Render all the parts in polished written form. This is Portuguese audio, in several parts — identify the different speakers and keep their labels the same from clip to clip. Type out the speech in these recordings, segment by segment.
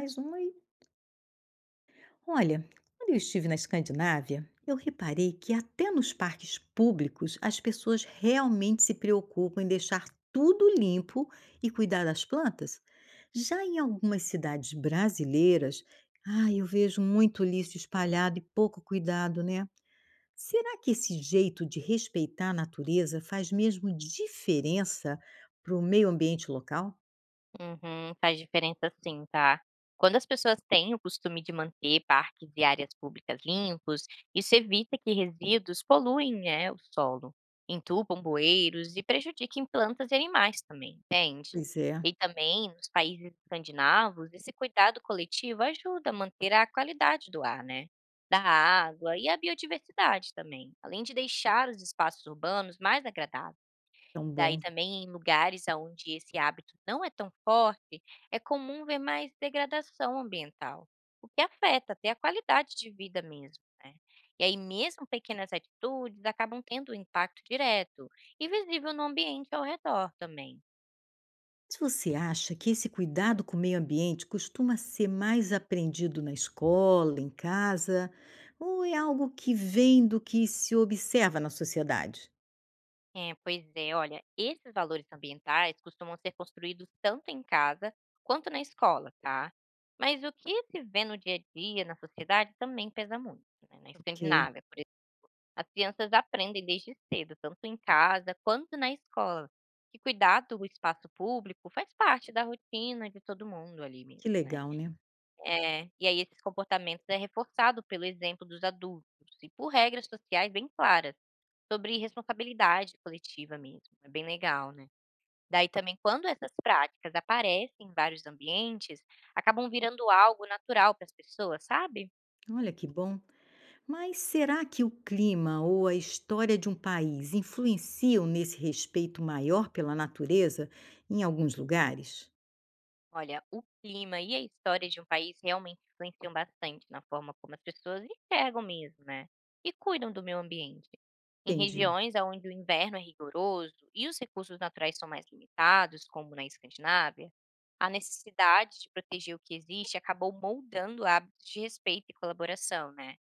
Speaker 1: Mais uma e olha, quando eu estive na Escandinávia, eu reparei que até nos parques públicos as pessoas realmente se preocupam em deixar tudo limpo e cuidar das plantas. Já em algumas cidades brasileiras, eu vejo muito lixo espalhado e pouco cuidado, né? Será que esse jeito de respeitar a natureza faz mesmo diferença para o meio ambiente local?
Speaker 2: Uhum, faz diferença, sim, tá? Quando as pessoas têm o costume de manter parques e áreas públicas limpos, isso evita que resíduos poluem, né, o solo, entupam bueiros e prejudiquem plantas e animais também, entende?
Speaker 1: Pois é,
Speaker 2: E também nos países escandinavos, esse cuidado coletivo ajuda a manter a qualidade do ar, né? Da água e a biodiversidade também, além de deixar os espaços urbanos mais agradáveis.
Speaker 1: tão
Speaker 2: Daí
Speaker 1: bom.
Speaker 2: também em lugares aonde esse hábito não é tão forte, é comum ver mais degradação ambiental, o que afeta até a qualidade de vida mesmo, né. E aí mesmo pequenas atitudes acabam tendo um impacto direto e visível no ambiente ao redor também.
Speaker 1: Se você acha que esse cuidado com o meio ambiente costuma ser mais aprendido na escola, em casa, ou é algo que vem do que se observa na sociedade?
Speaker 2: É, pois é, olha, esses valores ambientais costumam ser construídos tanto em casa quanto na escola, tá. Mas o que se vê no dia a dia, na sociedade, também pesa muito, né, na
Speaker 1: Ok,
Speaker 2: Escandinávia, por... As crianças aprendem desde cedo, tanto em casa quanto na escola, que cuidar do espaço público faz parte da rotina de todo mundo ali
Speaker 1: que
Speaker 2: mesmo, né.
Speaker 1: legal, né?
Speaker 2: É, e aí esses comportamentos é reforçado pelo exemplo dos adultos e por regras sociais bem claras, sobre responsabilidade coletiva mesmo, é bem legal, né. Daí também quando essas práticas aparecem em vários ambientes, acabam virando algo natural para as pessoas, sabe?
Speaker 1: Olha que bom. Mas será que o clima ou a história de um país influenciam nesse respeito maior pela natureza em alguns lugares?
Speaker 2: Olha, o clima e a história de um país realmente influenciam bastante na forma como as pessoas enxergam mesmo, né? E cuidam do meio ambiente. Em
Speaker 1: Entendi.
Speaker 2: regiões onde o inverno é rigoroso e os recursos naturais são mais limitados, como na Escandinávia, a necessidade de proteger o que existe acabou moldando hábitos de respeito e colaboração, né?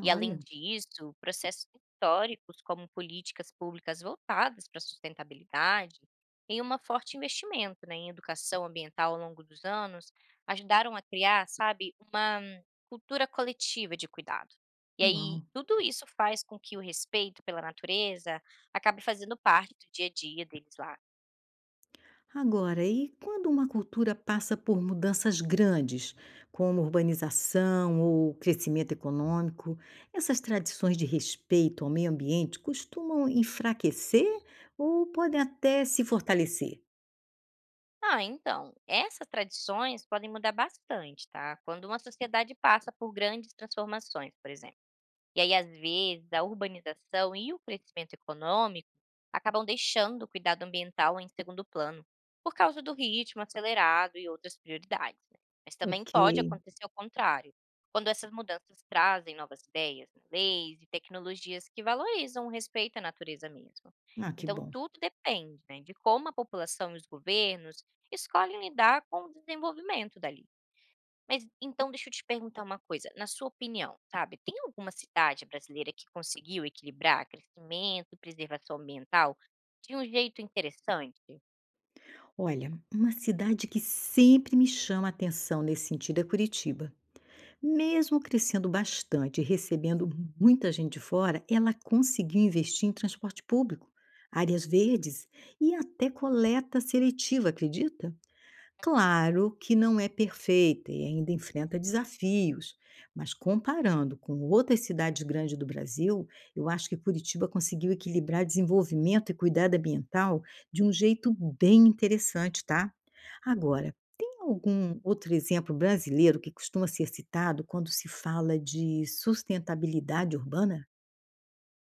Speaker 2: E além
Speaker 1: Olha,
Speaker 2: disso, processos históricos, como políticas públicas voltadas para a sustentabilidade, em uma forte investimento, né, em educação ambiental ao longo dos anos, ajudaram a criar, sabe, uma cultura coletiva de cuidado. E aí,
Speaker 1: uau.
Speaker 2: tudo isso faz com que o respeito pela natureza acabe fazendo parte do dia a dia deles lá.
Speaker 1: Agora, e quando uma cultura passa por mudanças grandes, como urbanização ou crescimento econômico, essas tradições de respeito ao meio ambiente costumam enfraquecer ou podem até se fortalecer?
Speaker 2: Ah, então, essas tradições podem mudar bastante, tá? Quando uma sociedade passa por grandes transformações, por exemplo. E aí, às vezes, a urbanização e o crescimento econômico acabam deixando o cuidado ambiental em segundo plano, por causa do ritmo acelerado e outras prioridades, né? Mas também
Speaker 1: Ok.
Speaker 2: pode acontecer o contrário, quando essas mudanças trazem novas ideias, né, leis e tecnologias que valorizam o respeito à natureza mesmo.
Speaker 1: Ah, que
Speaker 2: Então,
Speaker 1: bom.
Speaker 2: tudo depende, né, de como a população e os governos escolhem lidar com o desenvolvimento dali. Mas então deixa eu te perguntar uma coisa, na sua opinião, sabe, tem alguma cidade brasileira que conseguiu equilibrar crescimento e preservação ambiental de um jeito interessante?
Speaker 1: Olha, uma cidade que sempre me chama a atenção nesse sentido é Curitiba. Mesmo crescendo bastante e recebendo muita gente de fora, ela conseguiu investir em transporte público, áreas verdes e até coleta seletiva, acredita? Claro que não é perfeita e ainda enfrenta desafios, mas comparando com outras cidades grandes do Brasil, eu acho que Curitiba conseguiu equilibrar desenvolvimento e cuidado ambiental de um jeito bem interessante, tá? Agora, tem algum outro exemplo brasileiro que costuma ser citado quando se fala de sustentabilidade urbana?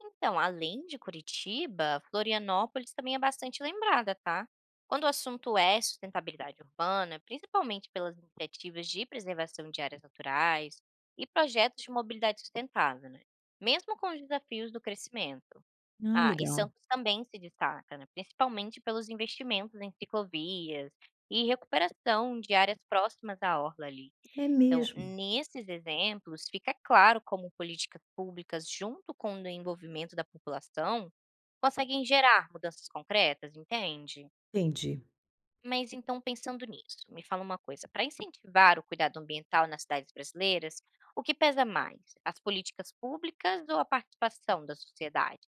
Speaker 2: Então, além de Curitiba, Florianópolis também é bastante lembrada, tá? Quando o assunto é sustentabilidade urbana, principalmente pelas iniciativas de preservação de áreas naturais e projetos de mobilidade sustentável, né? Mesmo com os desafios do crescimento.
Speaker 1: Ah,
Speaker 2: Ah, e
Speaker 1: legal.
Speaker 2: Santos também se destaca, né, principalmente pelos investimentos em ciclovias e recuperação de áreas próximas à orla ali.
Speaker 1: É
Speaker 2: Então,
Speaker 1: mesmo.
Speaker 2: nesses exemplos, fica claro como políticas públicas, junto com o envolvimento da população, conseguem gerar mudanças concretas, entende?
Speaker 1: Entendi.
Speaker 2: Mas então, pensando nisso, me fala uma coisa: para incentivar o cuidado ambiental nas cidades brasileiras, o que pesa mais, as políticas públicas ou a participação da sociedade?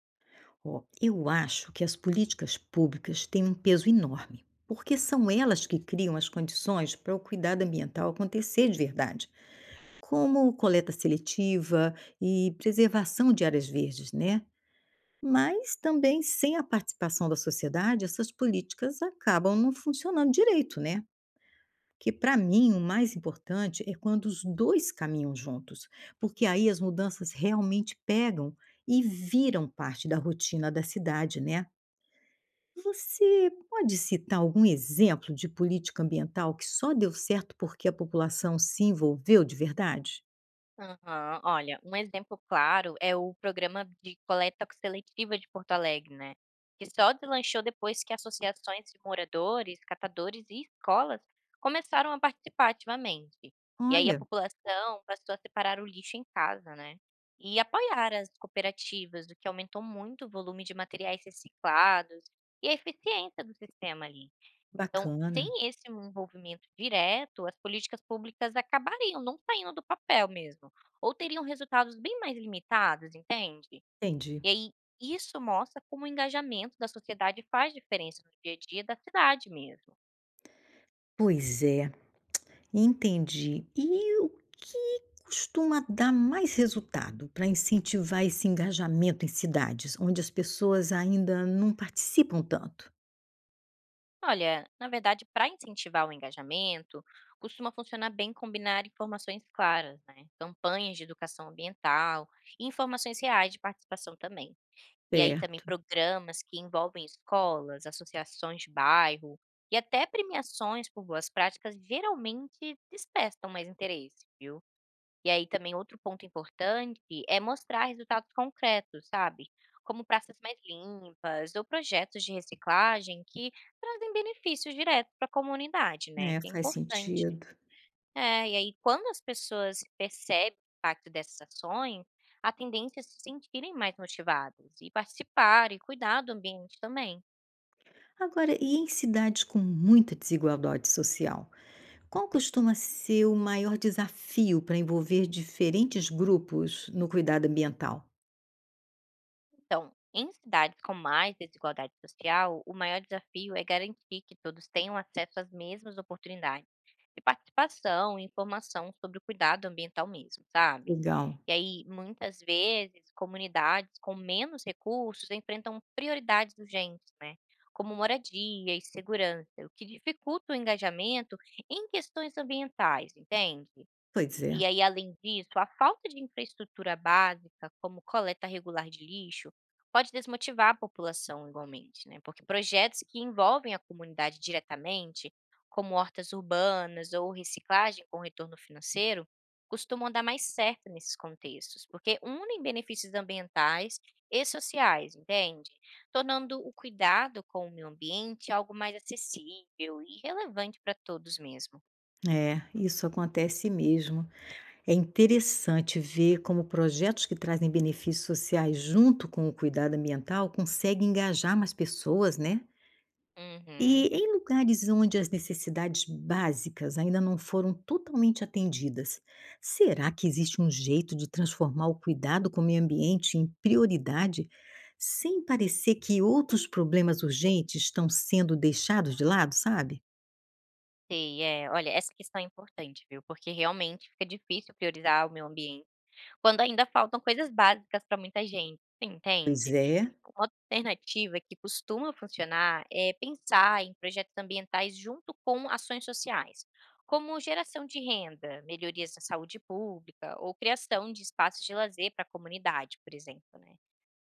Speaker 1: Ó, eu acho que as políticas públicas têm um peso enorme, porque são elas que criam as condições para o cuidado ambiental acontecer de verdade, como coleta seletiva e preservação de áreas verdes, né? Mas também sem a participação da sociedade, essas políticas acabam não funcionando direito, né? Que para mim o mais importante é quando os dois caminham juntos, porque aí as mudanças realmente pegam e viram parte da rotina da cidade, né? Você pode citar algum exemplo de política ambiental que só deu certo porque a população se envolveu de verdade?
Speaker 2: Aham. Olha, um exemplo claro é o programa de coleta seletiva de Porto Alegre, né, que só deslanchou depois que associações de moradores, catadores e escolas começaram a participar ativamente. E aí a
Speaker 1: Olha,
Speaker 2: população passou a separar o lixo em casa, né, e apoiar as cooperativas, o que aumentou muito o volume de materiais reciclados e a eficiência do sistema ali. Então,
Speaker 1: bacana.
Speaker 2: sem esse envolvimento direto, as políticas públicas acabariam não saindo do papel mesmo ou teriam resultados bem mais limitados, entende?
Speaker 1: Entendi.
Speaker 2: E aí isso mostra como o engajamento da sociedade faz diferença no dia a dia da cidade mesmo.
Speaker 1: Pois é, entendi. E o que costuma dar mais resultado para incentivar esse engajamento em cidades onde as pessoas ainda não participam tanto?
Speaker 2: Olha, na verdade, para incentivar o engajamento, costuma funcionar bem combinar informações claras, né? Campanhas de educação ambiental e informações reais de participação também. E aí também
Speaker 1: Certo,
Speaker 2: programas que envolvem escolas, associações de bairro e até premiações por boas práticas geralmente despertam mais interesse, viu? E aí também outro ponto importante é mostrar resultados concretos, sabe? Como praças mais limpas ou projetos de reciclagem que trazem benefícios diretos para a comunidade, né?
Speaker 1: né?
Speaker 2: Que é
Speaker 1: Faz
Speaker 2: importante.
Speaker 1: sentido.
Speaker 2: É, e aí quando as pessoas percebem o impacto dessas ações, a tendência é se sentirem mais motivadas e participar e cuidar do ambiente também.
Speaker 1: Agora, e em cidades com muita desigualdade social? Qual costuma ser o maior desafio para envolver diferentes grupos no cuidado ambiental?
Speaker 2: Então, em cidades com mais desigualdade social, o maior desafio é garantir que todos tenham acesso às mesmas oportunidades de participação e informação sobre o cuidado ambiental mesmo, sabe?
Speaker 1: Legal.
Speaker 2: E aí, muitas vezes, comunidades com menos recursos enfrentam prioridades urgentes, né? Como moradia e segurança, o que dificulta o engajamento em questões ambientais, entende?
Speaker 1: Pois é.
Speaker 2: E aí, além disso, a falta de infraestrutura básica, como coleta regular de lixo, pode desmotivar a população igualmente, né? Porque projetos que envolvem a comunidade diretamente, como hortas urbanas ou reciclagem com retorno financeiro, costumam dar mais certo nesses contextos, porque unem benefícios ambientais e sociais, entende? Tornando o cuidado com o meio ambiente algo mais acessível e relevante para todos mesmo.
Speaker 1: É, isso acontece mesmo. É interessante ver como projetos que trazem benefícios sociais junto com o cuidado ambiental conseguem engajar mais pessoas, né? E
Speaker 2: Uhum.
Speaker 1: em lugares onde as necessidades básicas ainda não foram totalmente atendidas, será que existe um jeito de transformar o cuidado com o meio ambiente em prioridade, sem parecer que outros problemas urgentes estão sendo deixados de lado, sabe?
Speaker 2: Sei, é. Olha, essa questão é importante, viu, porque realmente fica difícil priorizar o meu ambiente quando ainda faltam coisas básicas para muita gente, você
Speaker 1: Pois
Speaker 2: entende?
Speaker 1: é,
Speaker 2: Uma alternativa que costuma funcionar é pensar em projetos ambientais junto com ações sociais, como geração de renda, melhorias na saúde pública ou criação de espaços de lazer para a comunidade, por exemplo, né?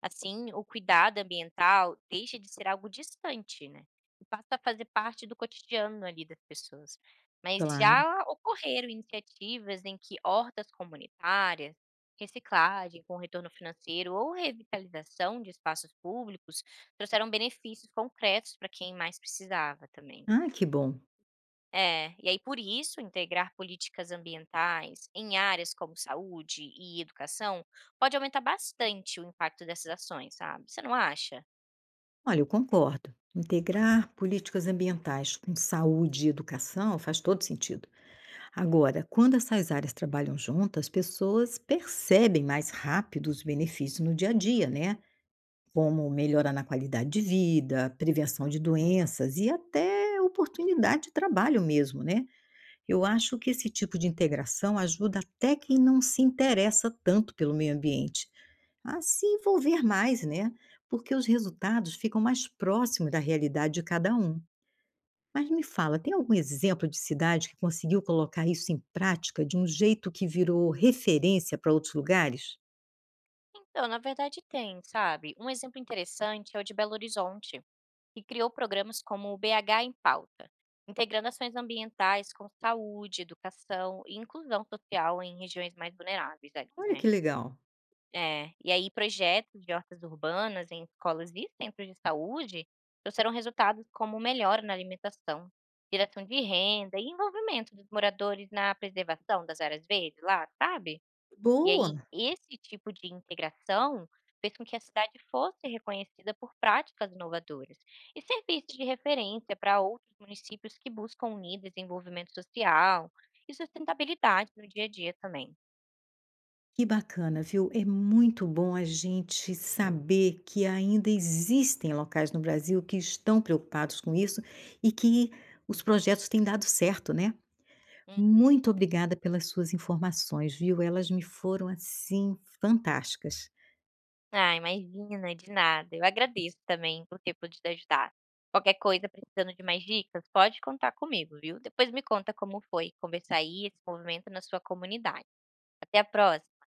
Speaker 2: Assim, o cuidado ambiental deixa de ser algo distante, né, e passa a fazer parte do cotidiano ali das pessoas. Mas
Speaker 1: claro.
Speaker 2: já ocorreram iniciativas em que hortas comunitárias, reciclagem com retorno financeiro ou revitalização de espaços públicos trouxeram benefícios concretos para quem mais precisava também.
Speaker 1: Ah, que bom.
Speaker 2: É, e aí por isso integrar políticas ambientais em áreas como saúde e educação pode aumentar bastante o impacto dessas ações, sabe? Você não acha?
Speaker 1: Olha, eu concordo. Integrar políticas ambientais com saúde e educação faz todo sentido. Agora, quando essas áreas trabalham juntas, pessoas percebem mais rápido os benefícios no dia a dia, né? Como melhorar na qualidade de vida, prevenção de doenças e até oportunidade de trabalho mesmo, né? Eu acho que esse tipo de integração ajuda até quem não se interessa tanto pelo meio ambiente a se envolver mais, né? Porque os resultados ficam mais próximos da realidade de cada um. Mas me fala, tem algum exemplo de cidade que conseguiu colocar isso em prática de um jeito que virou referência para outros lugares?
Speaker 2: Então, na verdade tem, sabe? Um exemplo interessante é o de Belo Horizonte, que criou programas como o BH em Pauta, integrando ações ambientais com saúde, educação e inclusão social em regiões mais vulneráveis ali,
Speaker 1: Olha
Speaker 2: né?
Speaker 1: que legal.
Speaker 2: É, e aí projetos de hortas urbanas em escolas e centros de saúde trouxeram resultados como melhora na alimentação, geração de renda e envolvimento dos moradores na preservação das áreas verdes lá, sabe? E
Speaker 1: Boa!
Speaker 2: aí esse tipo de integração fez com que a cidade fosse reconhecida por práticas inovadoras e serviços de referência para outros municípios que buscam unir desenvolvimento social e sustentabilidade no dia a dia também.
Speaker 1: Que bacana, viu? É muito bom a gente saber que ainda existem locais no Brasil que estão preocupados com isso e que os projetos têm dado certo, né? Muito obrigada pelas suas informações, viu? Elas me foram assim fantásticas.
Speaker 2: Ah, imagina, de nada. Eu agradeço também por ter podido ajudar. Qualquer coisa, precisando de mais dicas, pode contar comigo, viu? Depois me conta como foi conversar aí esse movimento na sua comunidade. Até a próxima.